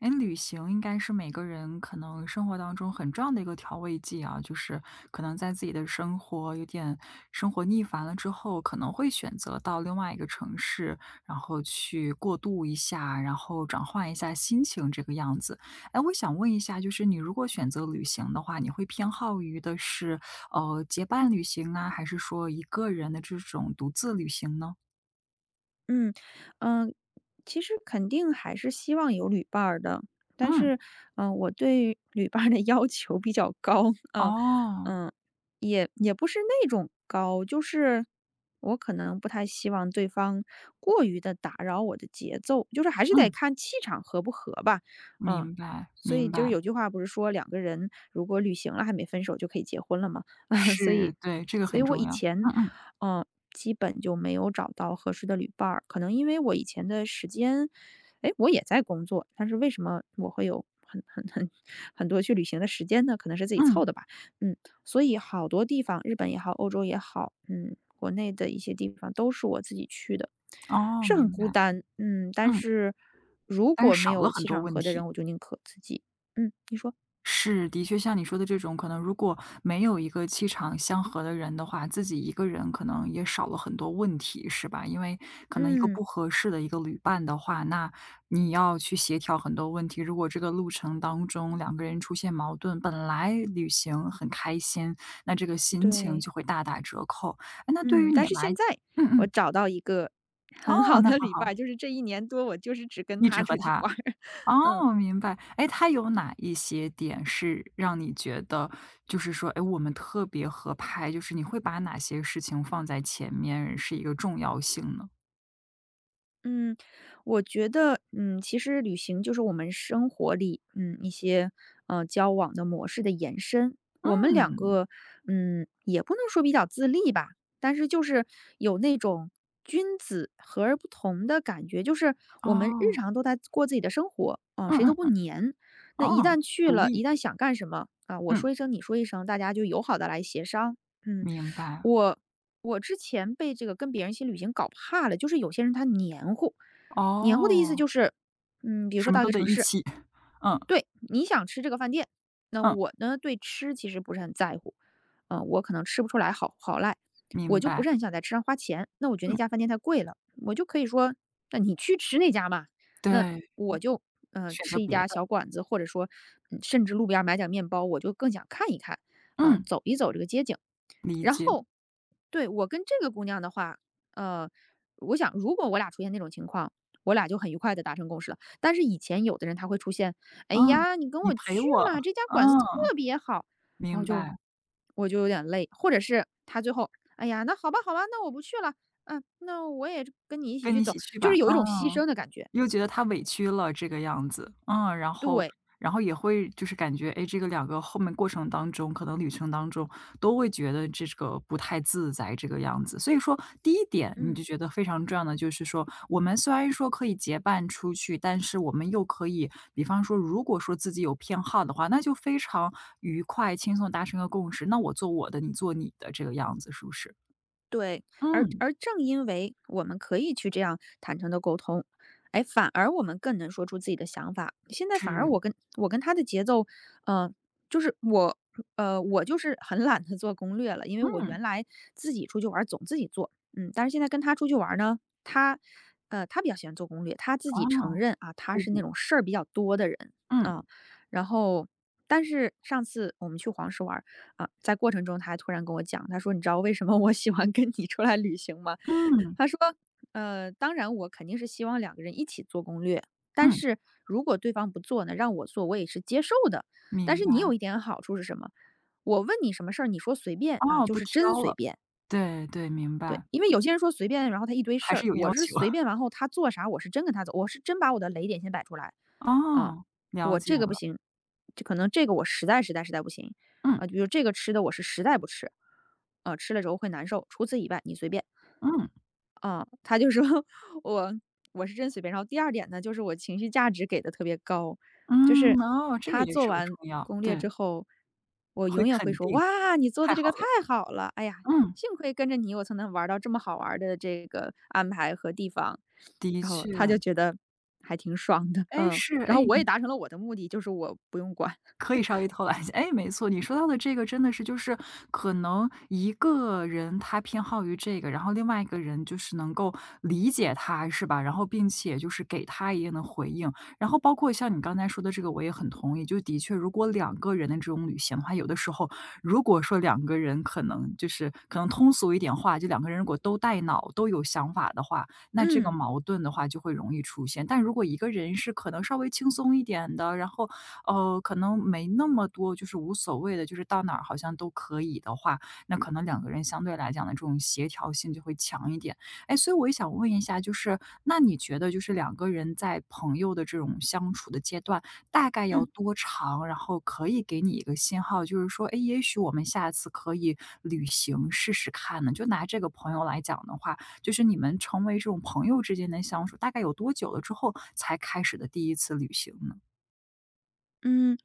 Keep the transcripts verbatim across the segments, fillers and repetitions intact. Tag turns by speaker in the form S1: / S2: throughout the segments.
S1: 哎，旅行应该是每个人可能生活当中很重要的一个调味剂啊，就是可能在自己的生活有点生活腻烦了之后，可能会选择到另外一个城市，然后去过渡一下，然后转换一下心情这个样子。哎，我想问一下，就是你如果选择旅行的话，你会偏好于的是呃结伴旅行啊，还是说一个人的这种独自旅行呢？
S2: 嗯，嗯，呃其实肯定还是希望有旅伴儿的，但
S1: 嗯，
S2: 是，嗯、呃我对旅伴儿的要求比较高，嗯、
S1: 哦，
S2: 嗯、也也不是那种高，就是我可能不太希望对方过于的打扰我的节奏，就是还是得
S1: 嗯，
S2: 看气场合不合吧，嗯、
S1: 明白
S2: 所以
S1: 明
S2: 就是
S1: 白。
S2: 有句话不是说两个人如果旅行了还没分手就可以结婚了吗？啊，所
S1: 是，
S2: 以，
S1: 对，这个
S2: 所以
S1: 很
S2: 我以
S1: 重要。
S2: 前
S1: 嗯嗯，
S2: 嗯，基本就没有找到合适的旅伴儿。可能因为我以前的时间，哎，我也在工作，但是为什么我会有很很很很多去旅行的时间呢？可能是自己
S1: 嗯，
S2: 凑的吧。嗯，所以好多地方，日本也好，欧洲也好，嗯，国内的一些地方都是我自己去的，
S1: 哦，
S2: 是很
S1: 明白，
S2: 孤单。嗯，但
S1: 嗯，
S2: 是如
S1: 但
S2: 果
S1: 是
S2: 没
S1: 少了
S2: 有
S1: 很
S2: 气
S1: 多
S2: 场
S1: 问
S2: 合的
S1: 题。
S2: 人，我就宁可自己。嗯，你说，
S1: 是，的确像你说的这种，可能如果没有一个气场相合的人的话，自己一个人可能也少了很多问题，是吧？因为可能一个
S2: 嗯，
S1: 不合适的一个旅伴的话，那你要去协调很多问题。如果这个路程当中两个人出现矛盾，本来旅行很开心，那这个心情
S2: 对。
S1: 就会大打折扣。哎，那对
S2: 嗯，
S1: 于
S2: 但
S1: 你
S2: 是
S1: 来
S2: 现在
S1: 嗯
S2: 我
S1: 嗯，
S2: 找到一个很
S1: 哦，
S2: 好
S1: 那
S2: 的
S1: 很
S2: 礼拜，
S1: 好。
S2: 就是这一年多我就是只跟
S1: 一
S2: 他
S1: 直和
S2: 出去
S1: 他，
S2: 玩儿，嗯。
S1: 哦，明白。哎，他有哪一些点是让你觉得就是说，哎，我们特别合拍，就是你会把哪些事情放在前面，是一个重要性呢？
S2: 嗯，我觉得，嗯，其实旅行就是我们生活里，嗯，一些呃交往的模式的延伸。我们两
S1: 嗯，
S2: 个，嗯，也不能说比较自立吧，但是就是有那种君子和而不同的感觉，就是我们日
S1: 哦，
S2: 常都在过自己的生活，哦、
S1: 嗯
S2: 谁都
S1: 嗯
S2: 不
S1: 嗯，
S2: 粘。那一
S1: 哦，
S2: 旦去
S1: 独
S2: 了，一
S1: 立，
S2: 旦想干什么啊、我
S1: 嗯，
S2: 说一声，你说一声，大家就友好的来协商。嗯，
S1: 明白。
S2: 我我之前被这个跟别人一起旅行搞怕了，就是有些人他黏糊，黏糊的意思
S1: 哦，
S2: 就是，嗯，比如
S1: 什
S2: 说
S1: 么
S2: 到一
S1: 都
S2: 个
S1: 得
S2: 城
S1: 一
S2: 市，
S1: 起，嗯，
S2: 对，你想吃这个饭店，那
S1: 嗯，
S2: 我呢对吃其实不是很在乎，嗯、我可能吃不出来好好赖，我
S1: 明
S2: 就不
S1: 白，
S2: 是很想在吃上花钱，那我觉得那
S1: 嗯，
S2: 家饭店太贵了，我就可以说，那你去吃那家嘛，
S1: 对，
S2: 那我就呃
S1: 选择
S2: 吃一
S1: 别
S2: 家
S1: 的，
S2: 小馆子，或者说，嗯甚至路边儿买点面包，我就更想看一看。啊、
S1: 嗯，
S2: 走一走这个街景，
S1: 理
S2: 然
S1: 解，
S2: 后，对，我跟这个姑娘的话，呃，我想如果我俩出现那种情况，我俩就很愉快的达成共识了。但是以前有的人他会出现，哎
S1: 嗯，
S2: 呀，你跟
S1: 你
S2: 我
S1: 陪
S2: 去
S1: 我，
S2: 嘛，这家馆子特
S1: 嗯，
S2: 别好，然后
S1: 明
S2: 就
S1: 白。
S2: 我就有点累，或者是他最后，哎呀，那好吧好吧，那我不去了，嗯，那我也跟你一起
S1: 跟
S2: 去
S1: 你一
S2: 走，
S1: 起去
S2: 就是
S1: 吧，
S2: 有一种牺
S1: 嗯，
S2: 牲的感觉，
S1: 又觉得他委屈了这个样子，嗯，然后
S2: 对。
S1: 然后也会就是感觉，哎，这个两个后面过程当中，可能旅程当中都会觉得这个不太自在这个样子。所以说第一点你
S2: 嗯。
S1: 就觉得非常重要的就是说，我们虽然说可以结伴出去，但是我们又可以比方说如果说自己有偏好的话，那就非常愉快轻松地达成一个共识，那我做我的，你做你的这个样子，是不是？
S2: 对，而
S1: 嗯，
S2: 而正因为我们可以去这样坦诚的沟通，哎，反而我们更能说出自己的想法。现在
S1: 是，
S2: 反而我跟我跟他的节奏，嗯，就是我，呃，我就是很懒得做攻略了，因为我
S1: 嗯，
S2: 原来自己出去玩儿总自己做，嗯，但是现在跟他出去玩儿呢，他，呃，他比较喜欢做攻略，他自己承
S1: 哦，
S2: 认啊，他
S1: 互
S2: 是那
S1: 补。
S2: 种事儿比较多的人
S1: 嗯，
S2: 啊，然后。但是上次我们去黄石玩儿啊，在过程中他还突然跟我讲，他说：“你知道为什么我喜欢跟你出来旅行吗？”
S1: 嗯，
S2: 他说：“呃，当然我肯定是希望两个人一起做攻略，但
S1: 嗯，
S2: 是如果对方不做呢，让我做我也是接受的。但
S1: 明
S2: 是你
S1: 白。
S2: 有一点好处是什么？我问你什么事儿，你说随便啊，
S1: 哦，
S2: 就
S1: 不
S2: 是真
S1: 挑
S2: 随
S1: 了。
S2: 便。
S1: 对，对，明
S2: 对，
S1: 白，
S2: 因为有些人说随便，然后他一堆事
S1: 还
S2: 儿，
S1: 是有
S2: 我
S1: 要
S2: 是
S1: 求。
S2: 随便，然后他做啥，我是真跟他走，我是真把我的雷点先摆出来，啊，
S1: 哦，了
S2: 我这
S1: 解
S2: 个不
S1: 了。
S2: 行，就可能这个我实在实在实在不行，
S1: 嗯，
S2: 啊，比如这个吃的我是实在不吃，啊，吃了之后会难受，除此以外你随便。
S1: 嗯，
S2: 啊，他就说 我我是真随便。然后第二点呢，就是我情绪价值给的特别高，就是
S1: 嗯，哦，这个
S2: 他
S1: 也
S2: 做
S1: 是很
S2: 完
S1: 重要，
S2: 攻略
S1: 对，
S2: 之后，我
S1: 会
S2: 永远会
S1: 肯
S2: 说：
S1: 定，
S2: “哇，你做的
S1: 太
S2: 这
S1: 好
S2: 个太
S1: 了。
S2: 好了！哎呀，
S1: 嗯，
S2: 幸亏跟着你，我才能玩到这么好玩的这个安排和地方。”
S1: 的
S2: 然后
S1: 确。
S2: 他就觉得还挺爽的，
S1: 诶，
S2: 嗯。
S1: 是
S2: 然
S1: 哎，
S2: 后
S1: 诶
S2: 我也达成了我的目的，就是我不用管，
S1: 可以稍微偷懒一下，哎，没错，你说到的这个真的是就是可能一个人他偏好于这个，然后另外一个人就是能够理解他，是吧？然后并且就是给他一定的回应，然后包括像你刚才说的这个，我也很同意。就的确，如果两个人的这种旅行的话，有的时候如果说两个人可能就是可能通俗一点话，就两个人如果都带脑都有想法的话，那这个
S2: 嗯。
S1: 矛盾的话就会容易出现。但如果一个人是可能稍微轻松一点的，然后呃，可能没那么多就是无所谓的，就是到哪儿好像都可以的话，那可能两个人相对来讲的这种协调性就会强一点。哎，所以我也想问一下，就是那你觉得就是两个人在朋友的这种相处的阶段，大概要
S2: 嗯。
S1: 多长？然后可以给你一个信号，就是说，哎，也许我们下次可以旅行试试看呢。就拿这个朋友来讲的话，就是你们成为这种朋友之间的相处，大概有多久了之后才开始的第一次旅行呢？
S2: 嗯，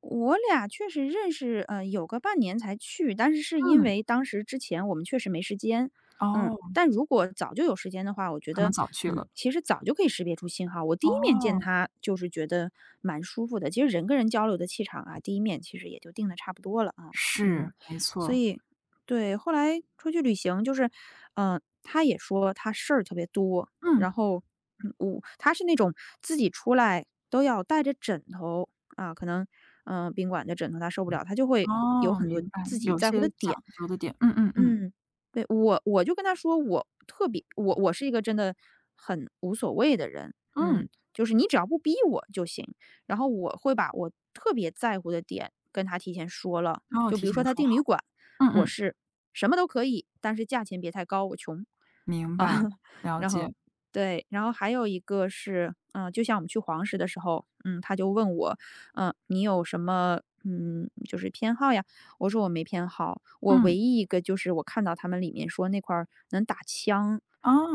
S2: 我俩确实认识，呃，有个半年才去，但是是因
S1: 嗯，
S2: 为当时之前我们确实没时间，嗯，
S1: 哦。
S2: 但如果早就有时间的话，我觉
S1: 可
S2: 得，
S1: 能早去
S2: 嗯，
S1: 了。
S2: 其实早就可以识别出信号。我第一面见
S1: 哦。
S2: 他就是觉得蛮舒服的，其实人跟人交流的气场啊，第一面其实也就定的差不多了啊，
S1: 是，
S2: 嗯，
S1: 没
S2: 所
S1: 错。
S2: 以对，后来出去旅行就是，嗯、他也说他事儿特别多，
S1: 嗯，
S2: 然后，嗯，我他是那种自己出来都要带着枕头啊，可能，嗯、呃宾馆的枕头他受不了，他就会有
S1: 哦，
S2: 很多
S1: 明白，
S2: 自己
S1: 有
S2: 在乎
S1: 些
S2: 的点。
S1: 讲究的点，嗯嗯嗯，
S2: 嗯，对，我我就跟他说，我特别，我我是一个真的很无所谓的人，嗯，
S1: 嗯，
S2: 就是你只要不逼我就行。然后我会把我特别在乎的点跟他提前说了，
S1: 都要
S2: 就
S1: 提
S2: 比如说
S1: 前
S2: 他
S1: 说
S2: 订旅
S1: 好。
S2: 馆，
S1: 嗯
S2: 我
S1: 嗯，
S2: 是什么都可以，但是价钱别太高，我穷
S1: 明
S2: 啊。
S1: 白，了
S2: 然后
S1: 解。
S2: 对，然后还有一个是，嗯、就像我们去黄石的时候，嗯，他就问我，嗯、你有什么嗯就是偏好呀？我说我没偏好，我唯
S1: 嗯，
S2: 一一个就是我看到他们里面说那块儿能打枪，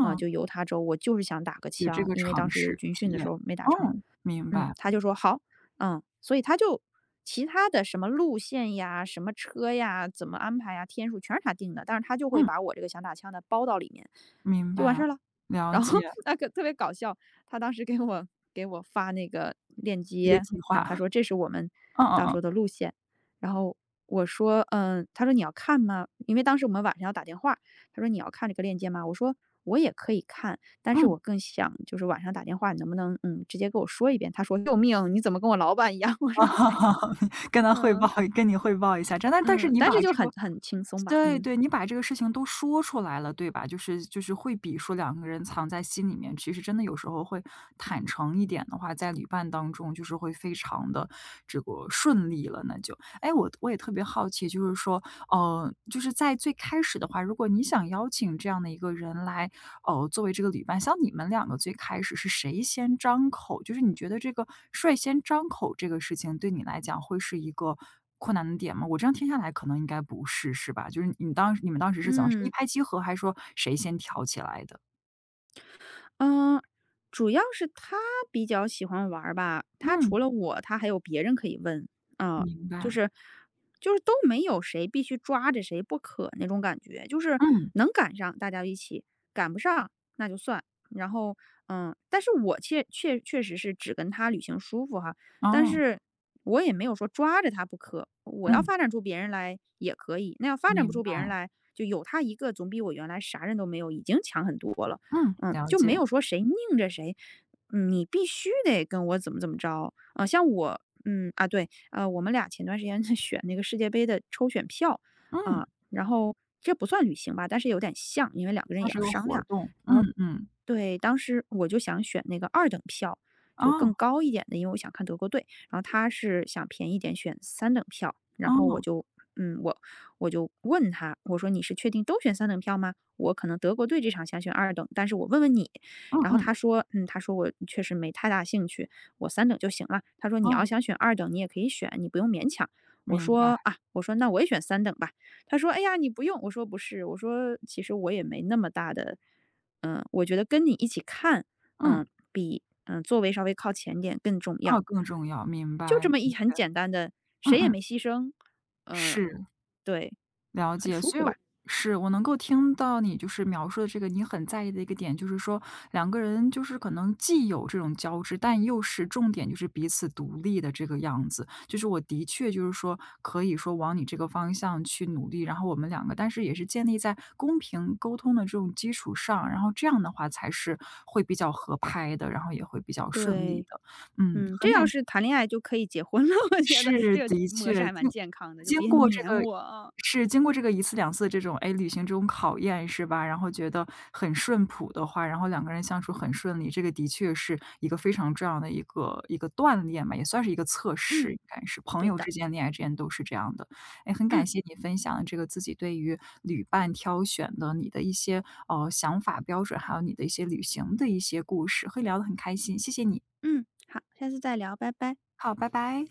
S2: 啊，就犹他州，我就是想打个
S1: 有这
S2: 枪，
S1: 个
S2: 因为当
S1: 尝
S2: 时
S1: 试
S2: 军
S1: 体
S2: 训的时
S1: 验。
S2: 候没打成。
S1: 嗯，明
S2: 嗯，
S1: 白，
S2: 他就说好，嗯，所以他就其他的什么路线呀、什么车呀、怎么安排呀、天数全是他定的，但是他就会
S1: 嗯，
S2: 把我这个想打枪的包到里面，
S1: 明
S2: 就完
S1: 白，
S2: 事儿了。
S1: 了
S2: 然后
S1: 解，
S2: 那个特别搞笑，他当时给我给我发那个链
S1: 一个
S2: 接，
S1: 计
S2: 然后他
S1: 划。
S2: 说这是我们
S1: 嗯嗯
S2: 到时
S1: 嗯，
S2: 候的路线，然后我说嗯，他说你要看吗？因为当时我们晚上要打电话，他说你要看这个链接吗？我说我也可以看，但是
S1: 嗯。
S2: 我更想就是晚上打电话，你能不能嗯直接跟我说一遍？他说：“救命，你怎么跟我老板一样？” 我说：
S1: 哦，
S2: “没有。”
S1: 跟他汇报
S2: 嗯
S1: 跟你汇报一下，真的但但是
S2: 嗯，
S1: 你
S2: 但是
S1: 把
S2: 就
S1: 这
S2: 很
S1: 个
S2: 很轻松吧，
S1: 对
S2: 嗯。
S1: 对，你把这个事情都说出来了，对吧？就是就是会比说两个人藏在心里面，其实真的有时候会坦诚一点的话，在旅伴当中就是会非常的这个顺利了那就。哎，我我也特别好奇，就是说呃，就是在最开始的话，如果你想邀请这样的一个人来，呃，作为这个旅伴，像你们两个最开始是谁先张口？就是你觉得这个率先张口这个事情对你来讲会是一个困难的点吗？我这样听下来可能应该不是，是吧？就是你当你们当时是怎么，是一
S2: 嗯，
S1: 拍即合，还是说谁先挑起来的？
S2: 嗯，主要是他比较喜欢玩儿吧，他
S1: 嗯，
S2: 除了我，他还有别人可以问啊，
S1: 明
S2: 就
S1: 白。
S2: 是就是都没有谁必须抓着谁不可那种感觉，就是
S1: 嗯，
S2: 能赶上大家一起，赶不上那就算。然后嗯，但是我确确确实是只跟他旅行舒服哈，但
S1: 哦，
S2: 是我也没有说抓着他不可，我要
S1: 嗯，
S2: 发展出别人来也可以，那要发展不
S1: 明
S2: 出别人
S1: 白。
S2: 来，就有他一个总比我原来啥人都没有已经强很多了。
S1: 嗯，
S2: 嗯，
S1: 了
S2: 就没
S1: 解。
S2: 有说谁拧着谁，嗯你必须得跟我怎么怎么着啊。像我，嗯啊对，呃，我们俩前段时间 在选那个世界杯的抽选票
S1: 嗯，
S2: 啊，然后这不算旅行吧，但是有点像，因为两个
S1: 也
S2: 人
S1: 算
S2: 也要
S1: 是个
S2: 商
S1: 活
S2: 量。
S1: 动。
S2: 然后
S1: 嗯嗯，
S2: 对，当时我就想选那个二等票，就更
S1: 哦，
S2: 高一点的，因为我想看德国队。然后他是想便宜一点选三等票，然后我
S1: 哦，
S2: 就，嗯，我我就问他，我说你是确定都选三等票吗？我可能德国队这场想选二等，但是我问问你。
S1: 嗯
S2: 然后
S1: 嗯，
S2: 他说，嗯，他说我确实没太大兴趣，我三等就行了。他说你要想
S1: 哦。
S2: 选二等，你也可以选，你不用勉强。我
S1: 明白，
S2: 说啊，我说那我也选三等吧。他说：“哎呀，你不用。”我说：“不是，我说其实我也没那么大的嗯，我觉得跟你一起看，嗯，
S1: 嗯，
S2: 比嗯座位稍微靠前点更重
S1: 啊，
S2: 要。
S1: 更重要，明
S2: 就这
S1: 白，
S2: 么一很简单的，
S1: 嗯
S2: 谁也
S1: 嗯，
S2: 没牺牲，嗯、
S1: 是，
S2: 对，
S1: 了
S2: 很
S1: 解，
S2: 舒
S1: 所以
S2: 服吧？
S1: 我是我能够听到你就是描述的这个你很在意的一个点，就是说两个人就是可能既有这种交织，但又是重点就是彼此独立的这个样子。就是我的确就是说可以说往你这个方向去努力，然后我们两个，但是也是建立在公平沟通的这种基础上，然后这样的话才是会比较合拍的，然后也会比较顺利
S2: 对，
S1: 的。嗯，
S2: 嗯，
S1: 很
S2: 这
S1: 感
S2: 要是谈恋爱就可以结婚了，我觉得
S1: 是，
S2: 这个
S1: 的
S2: 模式
S1: 确，
S2: 还蛮
S1: 经
S2: 健康的，就
S1: 经
S2: 别
S1: 过这
S2: 黏
S1: 个
S2: 我啊
S1: 是经过这个一次两次这种，哎，旅行这种考验是吧？然后觉得很顺谱的话，然后两个人相处很顺利，这个的确是一个非常重要的一个一个锻炼吧，也算是一个测
S2: 嗯，
S1: 试，应该是朋
S2: 对
S1: 友
S2: 的，
S1: 之间、恋爱之间都是这样的。哎，很
S2: 嗯
S1: 感谢你分享这个自己对于旅伴挑选的你的一些，呃，想法标准，还有你的一些旅行的一些故事，会聊得很开心，谢谢你。
S2: 嗯，好，下次再聊，拜拜。
S1: 好，拜拜。